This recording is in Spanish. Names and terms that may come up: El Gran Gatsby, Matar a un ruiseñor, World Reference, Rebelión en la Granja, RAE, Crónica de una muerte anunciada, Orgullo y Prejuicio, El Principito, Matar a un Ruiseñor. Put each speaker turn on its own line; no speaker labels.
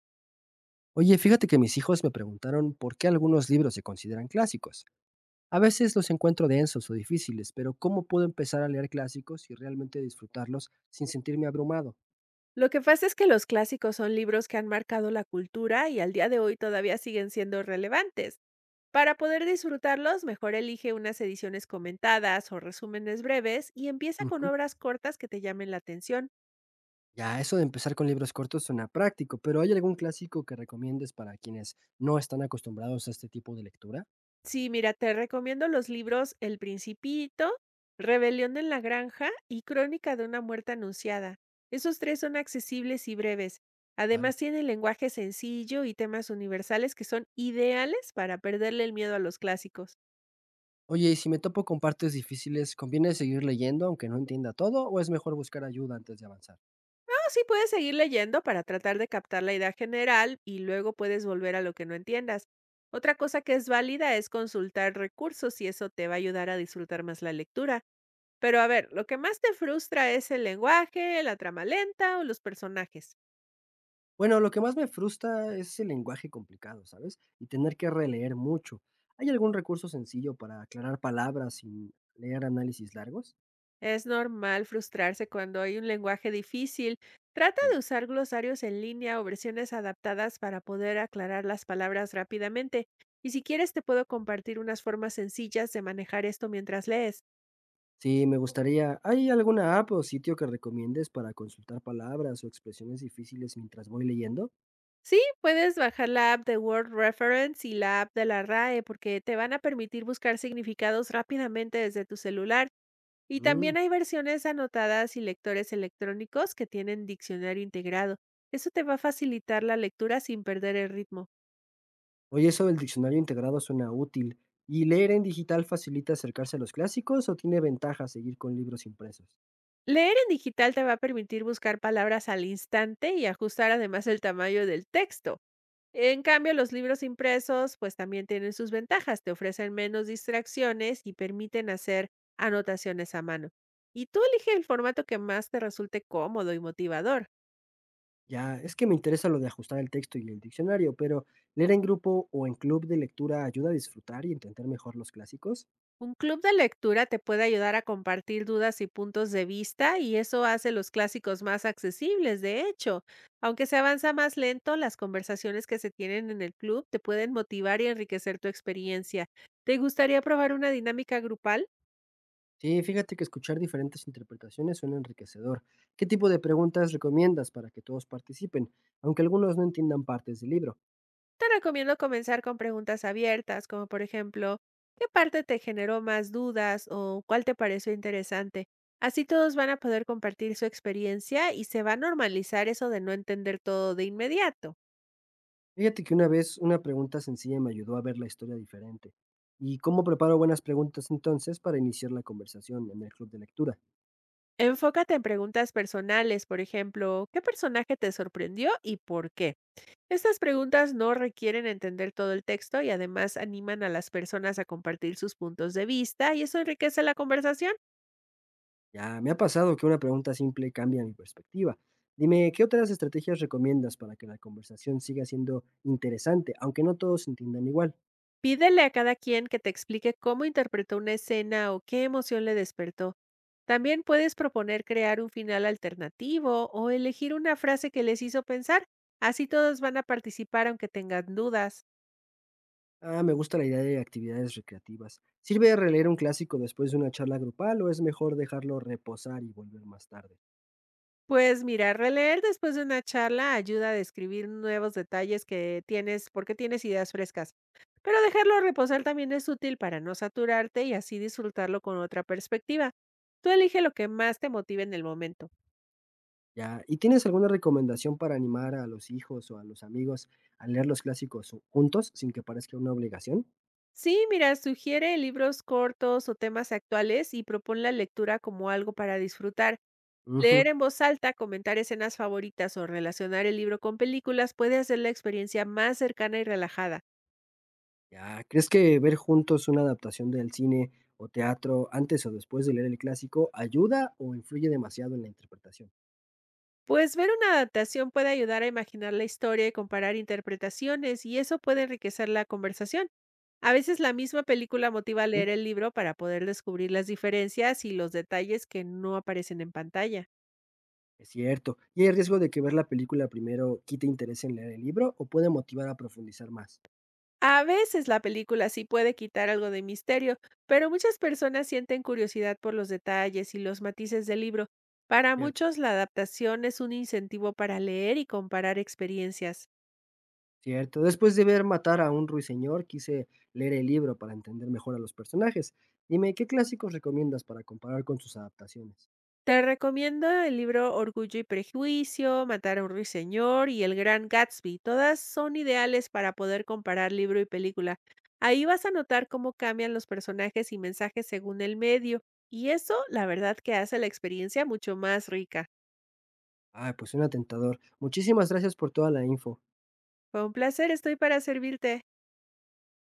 Oye, fíjate que mis hijos me preguntaron por qué algunos libros se consideran clásicos. A veces los encuentro densos o difíciles, pero ¿cómo puedo empezar a leer clásicos y realmente disfrutarlos sin sentirme abrumado?
Lo que pasa es que los clásicos son libros que han marcado la cultura y al día de hoy todavía siguen siendo relevantes. Para poder disfrutarlos, mejor elige unas ediciones comentadas o resúmenes breves y empieza con
Ujú.
obras cortas que te llamen la atención.
Ya, eso de empezar con libros cortos suena práctico, pero ¿hay algún clásico que recomiendes para quienes no están acostumbrados a este tipo de lectura?
Sí, mira, te recomiendo los libros El Principito, Rebelión en la Granja y Crónica de una muerte anunciada. Esos tres son accesibles y breves. Además,
Vale.
tienen lenguaje sencillo y temas universales que son ideales para perderle el miedo a los clásicos.
Oye, y si me topo con partes difíciles, ¿conviene seguir leyendo aunque no entienda todo o es mejor buscar ayuda antes de avanzar?
Así puedes seguir leyendo para tratar de captar la idea general y luego puedes volver a lo que no entiendas. Otra cosa que es válida es consultar recursos y eso te va a ayudar a disfrutar más la lectura. Pero a ver, lo que más te frustra es el lenguaje, la trama lenta o los personajes.
Bueno, lo que más me frustra es el lenguaje complicado, ¿sabes? Y tener que releer mucho. ¿Hay algún recurso sencillo para aclarar palabras sin leer análisis largos?
Es normal frustrarse cuando hay un lenguaje difícil. Trata
Sí.
de usar glosarios en línea o versiones adaptadas para poder aclarar las palabras rápidamente. Y si quieres te puedo compartir unas formas sencillas de manejar esto mientras lees.
Sí, me gustaría. ¿Hay alguna app o sitio que recomiendes para consultar palabras o expresiones difíciles mientras voy leyendo?
Sí, puedes bajar la app de World Reference y la app de la RAE porque te van a permitir buscar significados rápidamente desde tu celular. Y
Mm.
también hay versiones anotadas y lectores electrónicos que tienen diccionario integrado. Eso te va a facilitar la lectura sin perder el ritmo.
Oye, eso del diccionario integrado suena útil. ¿Y leer en digital facilita acercarse a los clásicos o tiene ventaja seguir con libros impresos?
Leer en digital te va a permitir buscar palabras al instante y ajustar además el tamaño del texto. En cambio, los libros impresos, pues también tienen sus ventajas, te ofrecen menos distracciones y permiten hacer anotaciones a mano. Y tú elige el formato que más te resulte cómodo y motivador.
Ya, es que me interesa lo de ajustar el texto y el diccionario, pero leer en grupo o en club de lectura ayuda a disfrutar y entender mejor los clásicos.
Un club de lectura te puede ayudar a compartir dudas y puntos de vista y eso hace los clásicos más accesibles, de hecho. Aunque se avanza más lento, las conversaciones que se tienen en el club te pueden motivar y enriquecer tu experiencia. ¿Te gustaría probar una dinámica grupal?
Sí, fíjate que escuchar diferentes interpretaciones suena enriquecedor. ¿Qué tipo de preguntas recomiendas para que todos participen, aunque algunos no entiendan partes del libro?
Te recomiendo comenzar con preguntas abiertas, como por ejemplo, ¿qué parte te generó más dudas o cuál te pareció interesante? Así todos van a poder compartir su experiencia y se va a normalizar eso de no entender todo de inmediato.
Fíjate que una vez una pregunta sencilla me ayudó a ver la historia diferente. ¿Y cómo preparo buenas preguntas entonces para iniciar la conversación en el club de lectura?
Enfócate en preguntas personales, por ejemplo, ¿qué personaje te sorprendió y por qué? Estas preguntas no requieren entender todo el texto y además animan a las personas a compartir sus puntos de vista y eso enriquece la conversación.
Ya, me ha pasado que una pregunta simple cambia mi perspectiva. Dime, ¿qué otras estrategias recomiendas para que la conversación siga siendo interesante, aunque no todos entiendan igual?
Pídele a cada quien que te explique cómo interpretó una escena o qué emoción le despertó. También puedes proponer crear un final alternativo o elegir una frase que les hizo pensar. Así todos van a participar aunque tengan dudas.
Ah, me gusta la idea de actividades recreativas. ¿Sirve releer un clásico después de una charla grupal o es mejor dejarlo reposar y volver más tarde?
Pues mira, releer después de una charla ayuda a describir nuevos detalles que tienes porque tienes ideas frescas. Pero dejarlo reposar también es útil para no saturarte y así disfrutarlo con otra perspectiva. Tú elige lo que más te motive en el momento.
Ya, ¿y tienes alguna recomendación para animar a los hijos o a los amigos a leer los clásicos juntos sin que parezca una obligación?
Sí, mira, sugiere libros cortos o temas actuales y propon la lectura como algo para disfrutar. Leer
Ujú.
en voz alta, comentar escenas favoritas o relacionar el libro con películas puede hacer la experiencia más cercana y relajada.
Ya, ¿crees que ver juntos una adaptación del cine o teatro antes o después de leer el clásico ayuda o influye demasiado en la interpretación?
Pues ver una adaptación puede ayudar a imaginar la historia y comparar interpretaciones, y eso puede enriquecer la conversación. A veces la misma película motiva a
¿Mm?
leer el libro para poder descubrir las diferencias y los detalles que no aparecen en pantalla.
Es cierto. ¿Y hay riesgo de que ver la película primero quite interés en leer el libro o puede motivar a profundizar más?
A veces la película sí puede quitar algo de misterio, pero muchas personas sienten curiosidad por los detalles y los matices del libro. Para
Cierto.
muchos, la adaptación es un incentivo para leer y comparar experiencias.
Cierto. Después de ver Matar a un ruiseñor, quise leer el libro para entender mejor a los personajes. Dime, ¿qué clásicos recomiendas para comparar con sus adaptaciones?
Te recomiendo el libro Orgullo y Prejuicio, Matar a un Ruiseñor y El Gran Gatsby. Todas son ideales para poder comparar libro y película. Ahí vas a notar cómo cambian los personajes y mensajes según el medio, y eso, la verdad, que hace la experiencia mucho más rica.
Ah, pues suena tentador. Muchísimas gracias por toda la info.
Fue un placer, estoy para servirte.